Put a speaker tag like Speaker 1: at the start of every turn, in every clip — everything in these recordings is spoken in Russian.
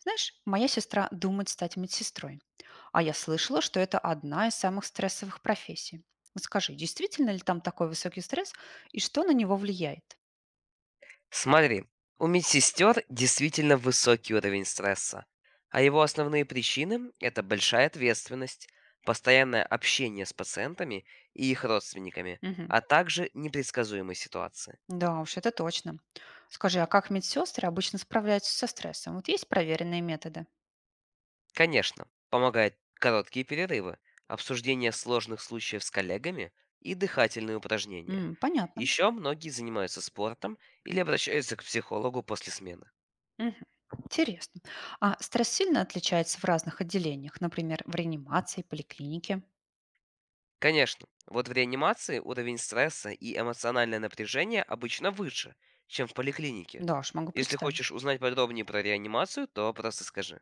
Speaker 1: Знаешь, моя сестра думает стать медсестрой, а я слышала, что это одна из самых стрессовых профессий. Вот скажи, действительно ли там такой высокий стресс и что на него влияет?
Speaker 2: Смотри, у медсестер действительно высокий уровень стресса, а его основные причины– это большая ответственность, постоянное общение с пациентами и их родственниками,
Speaker 1: Мгм.
Speaker 2: а также непредсказуемые ситуации.
Speaker 1: Да уж, это точно. Скажи, а как медсестры обычно справляются со стрессом? Вот есть проверенные методы?
Speaker 2: Конечно, помогают короткие перерывы, обсуждение сложных случаев с коллегами и дыхательные упражнения.
Speaker 1: М, понятно.
Speaker 2: Еще многие занимаются спортом или обращаются к психологу после смены.
Speaker 1: Мгм. Интересно. А стресс сильно отличается в разных отделениях, например, в реанимации, поликлинике?
Speaker 2: Конечно, вот в реанимации уровень стресса и эмоциональное напряжение обычно выше, чем в поликлинике.
Speaker 1: Да уж, могу
Speaker 2: Если хочешь
Speaker 1: представить.
Speaker 2: узнать подробнее про реанимацию, то просто скажи.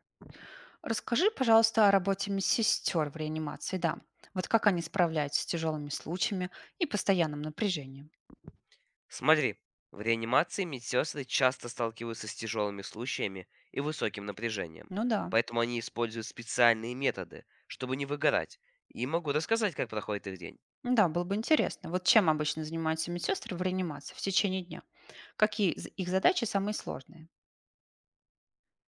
Speaker 1: Расскажи, пожалуйста, о работе медсестер в реанимации, да. Вот как они справляются с тяжелыми случаями и постоянным напряжением?
Speaker 2: Смотри, в реанимации медсестры часто сталкиваются с тяжелыми случаями и высоким напряжением,
Speaker 1: Ну да,
Speaker 2: поэтому они используют специальные методы, чтобы не выгорать, и могу рассказать, как проходит их день.
Speaker 1: ну да, было бы интересно. Вот чем обычно занимаются медсестры в реанимации в течение дня? Какие их задачи самые сложные?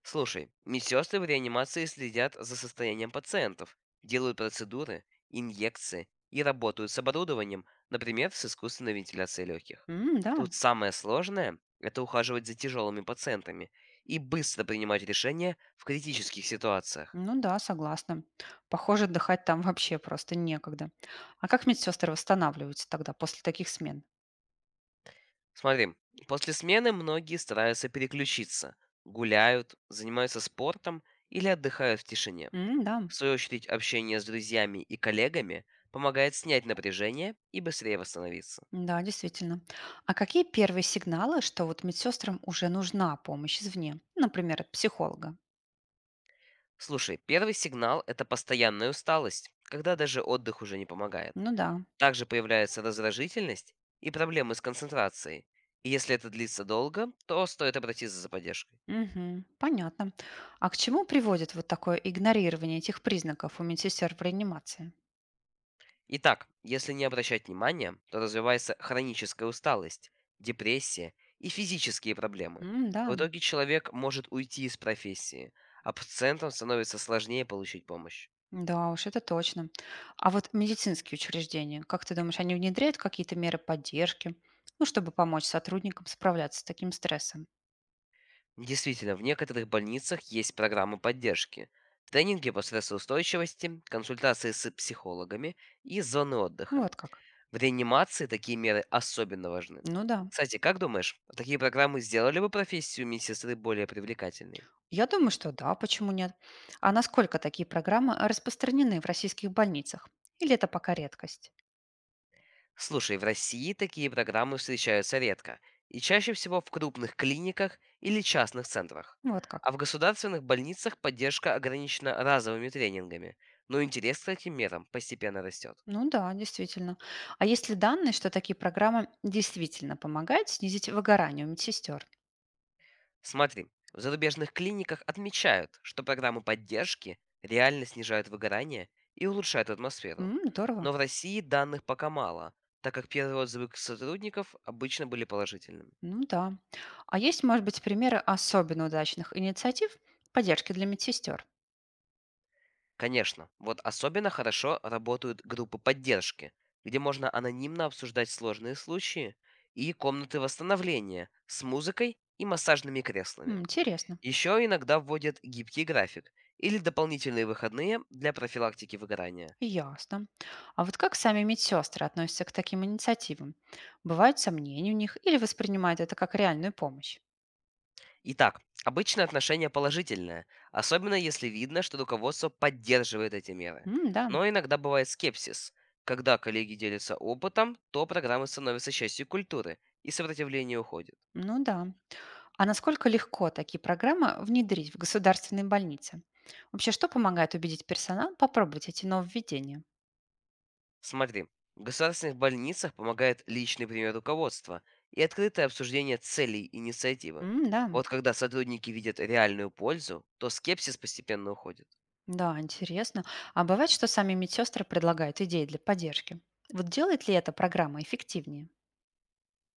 Speaker 2: Слушай, медсестры в реанимации следят за состоянием пациентов, делают процедуры, инъекции и работают с оборудованием, например, с искусственной вентиляцией легких.
Speaker 1: М, да,
Speaker 2: Тут самое сложное– это ухаживать за тяжелыми пациентами и быстро принимать решения в критических ситуациях.
Speaker 1: ну да, согласна. Похоже, отдыхать там вообще просто некогда. А как медсестры восстанавливаются тогда после таких смен?
Speaker 2: Смотри, после смены многие стараются переключиться, гуляют, занимаются спортом или отдыхают в тишине.
Speaker 1: М, да.
Speaker 2: В свою очередь, общение с друзьями и коллегами помогает снять напряжение и быстрее восстановиться.
Speaker 1: Да, действительно. А какие первые сигналы, что вот медсестрам уже нужна помощь извне? Например, от психолога.
Speaker 2: Слушай, первый сигнал– это постоянная усталость, когда даже отдых уже не помогает.
Speaker 1: Ну да.
Speaker 2: Также появляется раздражительность и проблемы с концентрацией. И если это длится долго, то стоит обратиться за поддержкой.
Speaker 1: Мгм. Понятно. А к чему приводит вот такое игнорирование этих признаков у медсестер в реанимации?
Speaker 2: Итак, если не обращать внимания, то развивается хроническая усталость, депрессия и физические проблемы.
Speaker 1: М,
Speaker 2: В
Speaker 1: да,
Speaker 2: итоге человек может уйти из профессии, а пациентам становится сложнее получить помощь.
Speaker 1: да уж, это точно. А вот медицинские учреждения, как ты думаешь, они внедряют какие-то меры поддержки, ну, чтобы помочь сотрудникам справляться с таким стрессом?
Speaker 2: Действительно, в некоторых больницах есть программы поддержки, тренинги по стрессоустойчивости, консультации с психологами и зоны отдыха.
Speaker 1: Вот как.
Speaker 2: В реанимации такие меры особенно важны.
Speaker 1: Ну да.
Speaker 2: Кстати, как думаешь, такие программы сделали бы профессию медсестры более привлекательной?
Speaker 1: Я думаю, что да, почему нет? А насколько такие программы распространены в российских больницах? Или это пока редкость?
Speaker 2: Слушай, в России такие программы встречаются редко и чаще всего в крупных клиниках или частных центрах.
Speaker 1: Вот как.
Speaker 2: А в государственных больницах поддержка ограничена разовыми тренингами, но интерес к таким мерам постепенно растет.
Speaker 1: Ну да, действительно. А есть ли данные, что такие программы действительно помогают снизить выгорание у медсестер?
Speaker 2: Смотри, в зарубежных клиниках отмечают, что программы поддержки реально снижают выгорание и улучшают атмосферу.
Speaker 1: М, здорово.
Speaker 2: Но в России данных пока мало, так как первые отзывы к сотрудников обычно были положительными.
Speaker 1: Ну да. А есть, может быть, примеры особенно удачных инициатив поддержки для медсестер?
Speaker 2: Конечно, вот особенно хорошо работают группы поддержки, где можно анонимно обсуждать сложные случаи, и комнаты восстановления с музыкой и массажными
Speaker 1: М,
Speaker 2: креслами.
Speaker 1: интересно.
Speaker 2: Еще иногда вводят гибкий график или дополнительные выходные для профилактики выгорания.
Speaker 1: Ясно. А вот как сами медсестры относятся к таким инициативам? Бывают сомнения у них или воспринимают это как реальную помощь?
Speaker 2: Итак, обычно отношение положительное, особенно если видно, что руководство поддерживает эти меры.
Speaker 1: М, да,
Speaker 2: Но иногда бывает скепсис. Когда коллеги делятся опытом, то программы становятся частью культуры, и сопротивление уходит.
Speaker 1: ну да. А насколько легко такие программы внедрить в государственные больницы? Вообще, что помогает убедить персонал попробовать эти нововведения?
Speaker 2: Смотри, в государственных больницах помогает личный пример руководства и открытое обсуждение целей инициативы.
Speaker 1: М, да,
Speaker 2: Вот когда сотрудники видят реальную пользу, то скепсис постепенно уходит.
Speaker 1: да, интересно. А бывает, что сами медсестры предлагают идеи для поддержки. Вот делает ли эта программа эффективнее?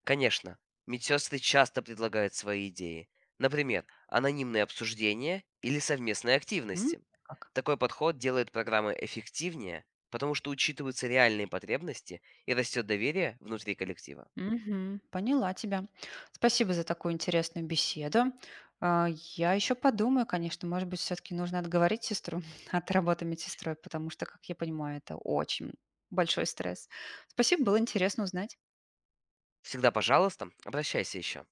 Speaker 2: Конечно, медсестры часто предлагают свои идеи. Например, анонимные обсуждения или совместные
Speaker 1: М,
Speaker 2: активности.
Speaker 1: как?
Speaker 2: Такой подход делает программы эффективнее, потому что учитываются реальные потребности и растет доверие внутри коллектива.
Speaker 1: Мгм. Поняла тебя. Спасибо за такую интересную беседу. А, Я еще подумаю, конечно, может быть, все-таки нужно отговорить сестру от работы медсестрой, потому что, как я понимаю, это очень большой стресс. Спасибо, было интересно узнать.
Speaker 2: Всегда, пожалуйста, обращайся еще.